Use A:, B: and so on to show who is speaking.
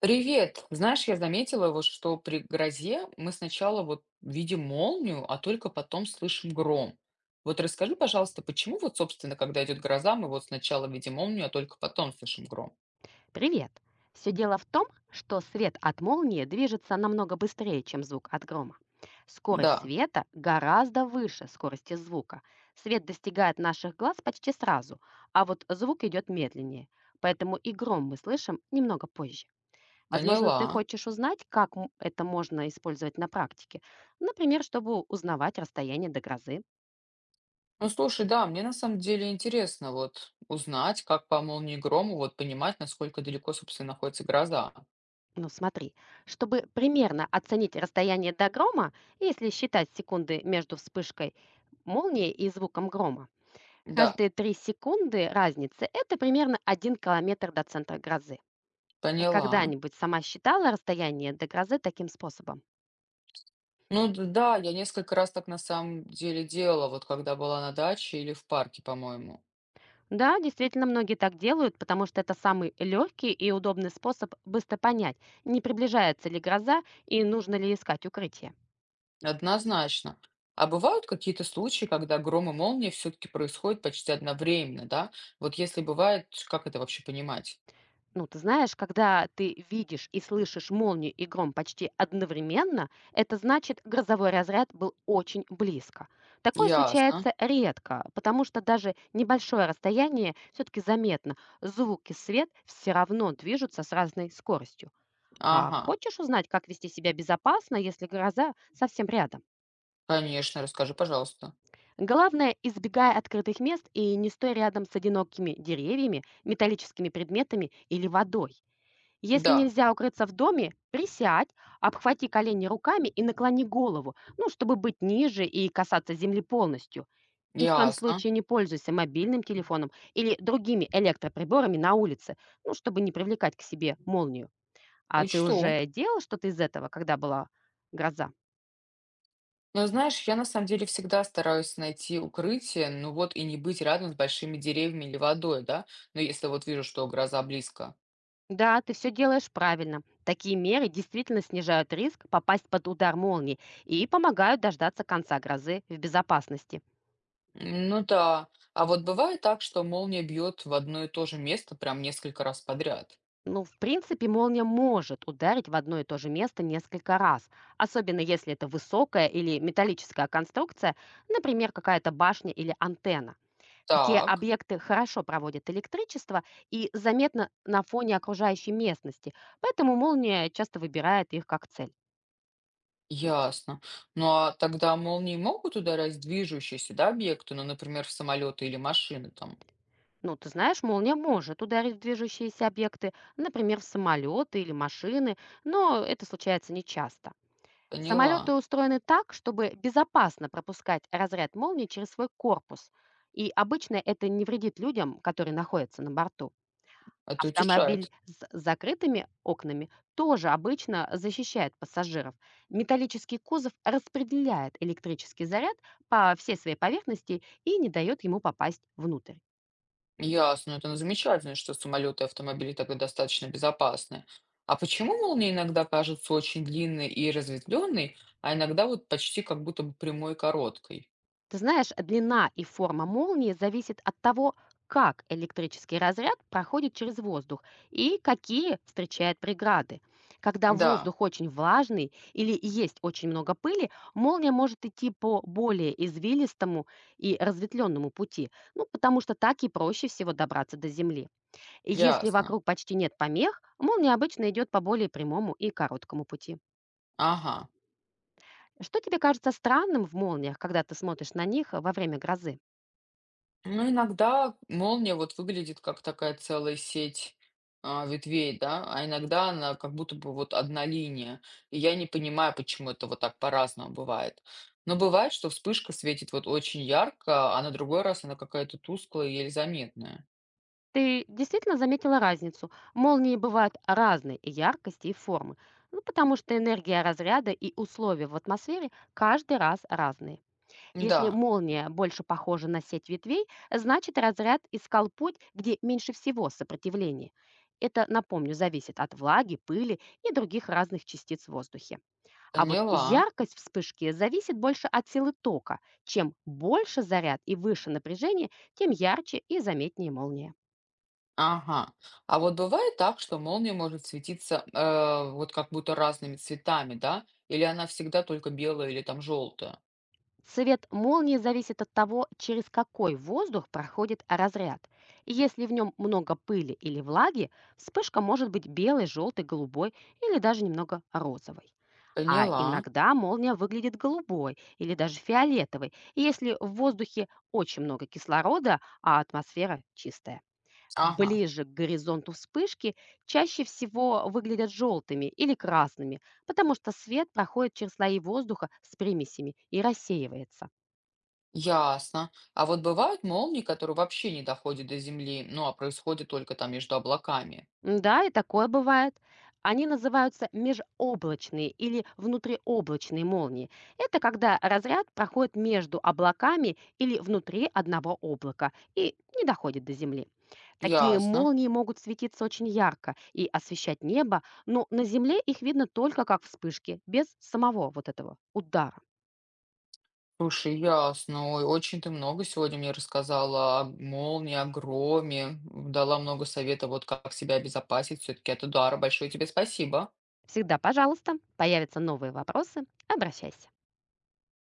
A: Привет. Знаешь, я заметила, вот, что при грозе мы сначала вот видим молнию, а только потом слышим гром. Вот расскажи, пожалуйста, почему вот, собственно, когда идет гроза, мы вот сначала видим молнию, а только потом слышим гром?
B: Привет! Все дело в том, что свет от молнии движется намного быстрее, чем звук от грома. Скорость
A: Да,
B: света гораздо выше скорости звука. Свет достигает наших глаз почти сразу, а вот звук идет медленнее. Поэтому и гром мы слышим немного позже. Возможно, ты
A: поняла.
B: хочешь узнать, как это можно использовать на практике. Например, чтобы узнавать расстояние до грозы.
A: Ну, слушай, да, мне на самом деле интересно вот узнать, как по молнии и грому вот понимать, насколько далеко, собственно, находится гроза.
B: Ну смотри, чтобы примерно оценить расстояние до грома, если считать секунды между вспышкой молнии и звуком грома,
A: Да,
B: каждые 3 секунды разницы– это примерно 1 километр до центра грозы. Ты
A: поняла.
B: когда-нибудь сама считала расстояние до грозы таким способом?
A: Ну да, я несколько раз так на самом деле делала, вот когда была на даче или в парке, по-моему.
B: Да, действительно, многие так делают, потому что это самый легкий и удобный способ быстро понять, не приближается ли гроза и нужно ли искать укрытие.
A: Однозначно. А бывают какие-то случаи, когда гром и молния все-таки происходят почти одновременно, да? Вот если бывает, как это вообще понимать?
B: Ну, ты знаешь, когда ты видишь и слышишь молнию и гром почти одновременно, это значит, грозовой разряд был очень близко. Такое
A: Ясно.
B: случается редко, потому что даже небольшое расстояние все-таки заметно. Звук и свет все равно движутся с разной скоростью. А
A: Ага.
B: хочешь узнать, как вести себя безопасно, если гроза совсем рядом?
A: Конечно, расскажи, пожалуйста.
B: Главное, избегай открытых мест и не стой рядом с одинокими деревьями, металлическими предметами или водой. Если
A: Да,
B: нельзя укрыться в доме, присядь, обхвати колени руками и наклони голову, ну, чтобы быть ниже и касаться земли полностью. Ни в коем
A: ясно.
B: случае не пользуйся мобильным телефоном или другими электроприборами на улице, ну, чтобы не привлекать к себе молнию. А ты
A: Учту.
B: уже делал что-то из этого, когда была гроза?
A: Но знаешь, я на самом деле всегда стараюсь найти укрытие, ну вот и не быть рядом с большими деревьями или водой, да? Но если вот вижу, что гроза близко.
B: Да, ты все делаешь правильно. Такие меры действительно снижают риск попасть под удар молнии и помогают дождаться конца грозы в безопасности.
A: М, ну да. А вот бывает так, что молния бьет в одно и то же место прям несколько раз подряд.
B: Ну, в принципе, молния может ударить в одно и то же место несколько раз, особенно если это высокая или металлическая конструкция, например, какая-то башня или антенна. Такие
A: Так.
B: объекты хорошо проводят электричество и заметно на фоне окружающей местности, поэтому молния часто выбирает их как цель.
A: Ясно. Ну а тогда молнии могут ударять движущиеся, да, объекты, ну, например, в самолеты или машины там.
B: Ну, ты знаешь, молния может ударить в движущиеся объекты, например, в самолеты или машины, но это случается нечасто. Самолеты
A: Поняла.
B: устроены так, чтобы безопасно пропускать разряд молний через свой корпус. И обычно это не вредит людям, которые находятся на борту.
A: Это
B: Автомобиль
A: утешает.
B: с закрытыми окнами тоже обычно защищает пассажиров. Металлический кузов распределяет электрический заряд по всей своей поверхности и не дает ему попасть внутрь.
A: Ясно. Это, ну, замечательно, что самолеты и автомобили тогда достаточно безопасны. А почему молнии иногда кажутся очень длинной и разветвленной, а иногда вот почти как будто бы прямой и короткой?
B: Ты знаешь, длина и форма молнии зависит от того, как электрический разряд проходит через воздух и какие встречает преграды. Когда
A: Да,
B: воздух очень влажный или есть очень много пыли, молния может идти по более извилистому и разветвленному пути, ну, потому что так и проще всего добраться до Земли. И если
A: ясно.
B: вокруг почти нет помех, молния обычно идет по более прямому и короткому пути.
A: Ага.
B: Что тебе кажется странным в молниях, когда ты смотришь на них во время грозы?
A: Ну, иногда молния вот выглядит как такая целая сеть ветвей, да, а иногда она как будто бы вот одна линия. И я не понимаю, почему это вот так по-разному бывает. Но бывает, что вспышка светит вот очень ярко, а на другой раз она какая-то тусклая, и еле заметная.
B: Ты действительно заметила разницу. Молнии бывают разной и яркости и формы, ну, потому что энергия разряда и условия в атмосфере каждый раз разные. Если
A: Да,
B: молния больше похожа на сеть ветвей, значит разряд искал путь, где меньше всего сопротивления. Это, напомню, зависит от влаги, пыли и других разных частиц в воздухе. А вот
A: поняла.
B: яркость вспышки зависит больше от силы тока. Чем больше заряд и выше напряжение, тем ярче и заметнее молния.
A: Ага. А вот бывает так, что молния может светиться вот как будто разными цветами, да? Или она всегда только белая или там желтая?
B: Цвет молнии зависит от того, через какой воздух проходит разряд. И если в нем много пыли или влаги, вспышка может быть белой, желтой, голубой или даже немного розовой. А
A: Поняла.
B: иногда молния выглядит голубой или даже фиолетовой, если в воздухе очень много кислорода, а атмосфера чистая.
A: Ага.
B: Ближе к горизонту вспышки чаще всего выглядят желтыми или красными, потому что свет проходит через слои воздуха с примесями и рассеивается.
A: Ясно. А вот бывают молнии, которые вообще не доходят до Земли, ну а происходят только там между облаками.
B: Да, и такое бывает. Они называются межоблачные или внутриоблачные молнии. Это когда разряд проходит между облаками или внутри одного облака и не доходит до Земли. Такие
A: Ясно.
B: молнии могут светиться очень ярко и освещать небо, но на Земле их видно только как вспышки, без самого вот этого удара.
A: Слушай, ясно. Ой, очень ты много сегодня мне рассказала о молнии, о громе, дала много советов, вот как себя обезопасить все-таки от удара. Большое тебе спасибо.
B: Всегда, пожалуйста, появятся новые вопросы, обращайся.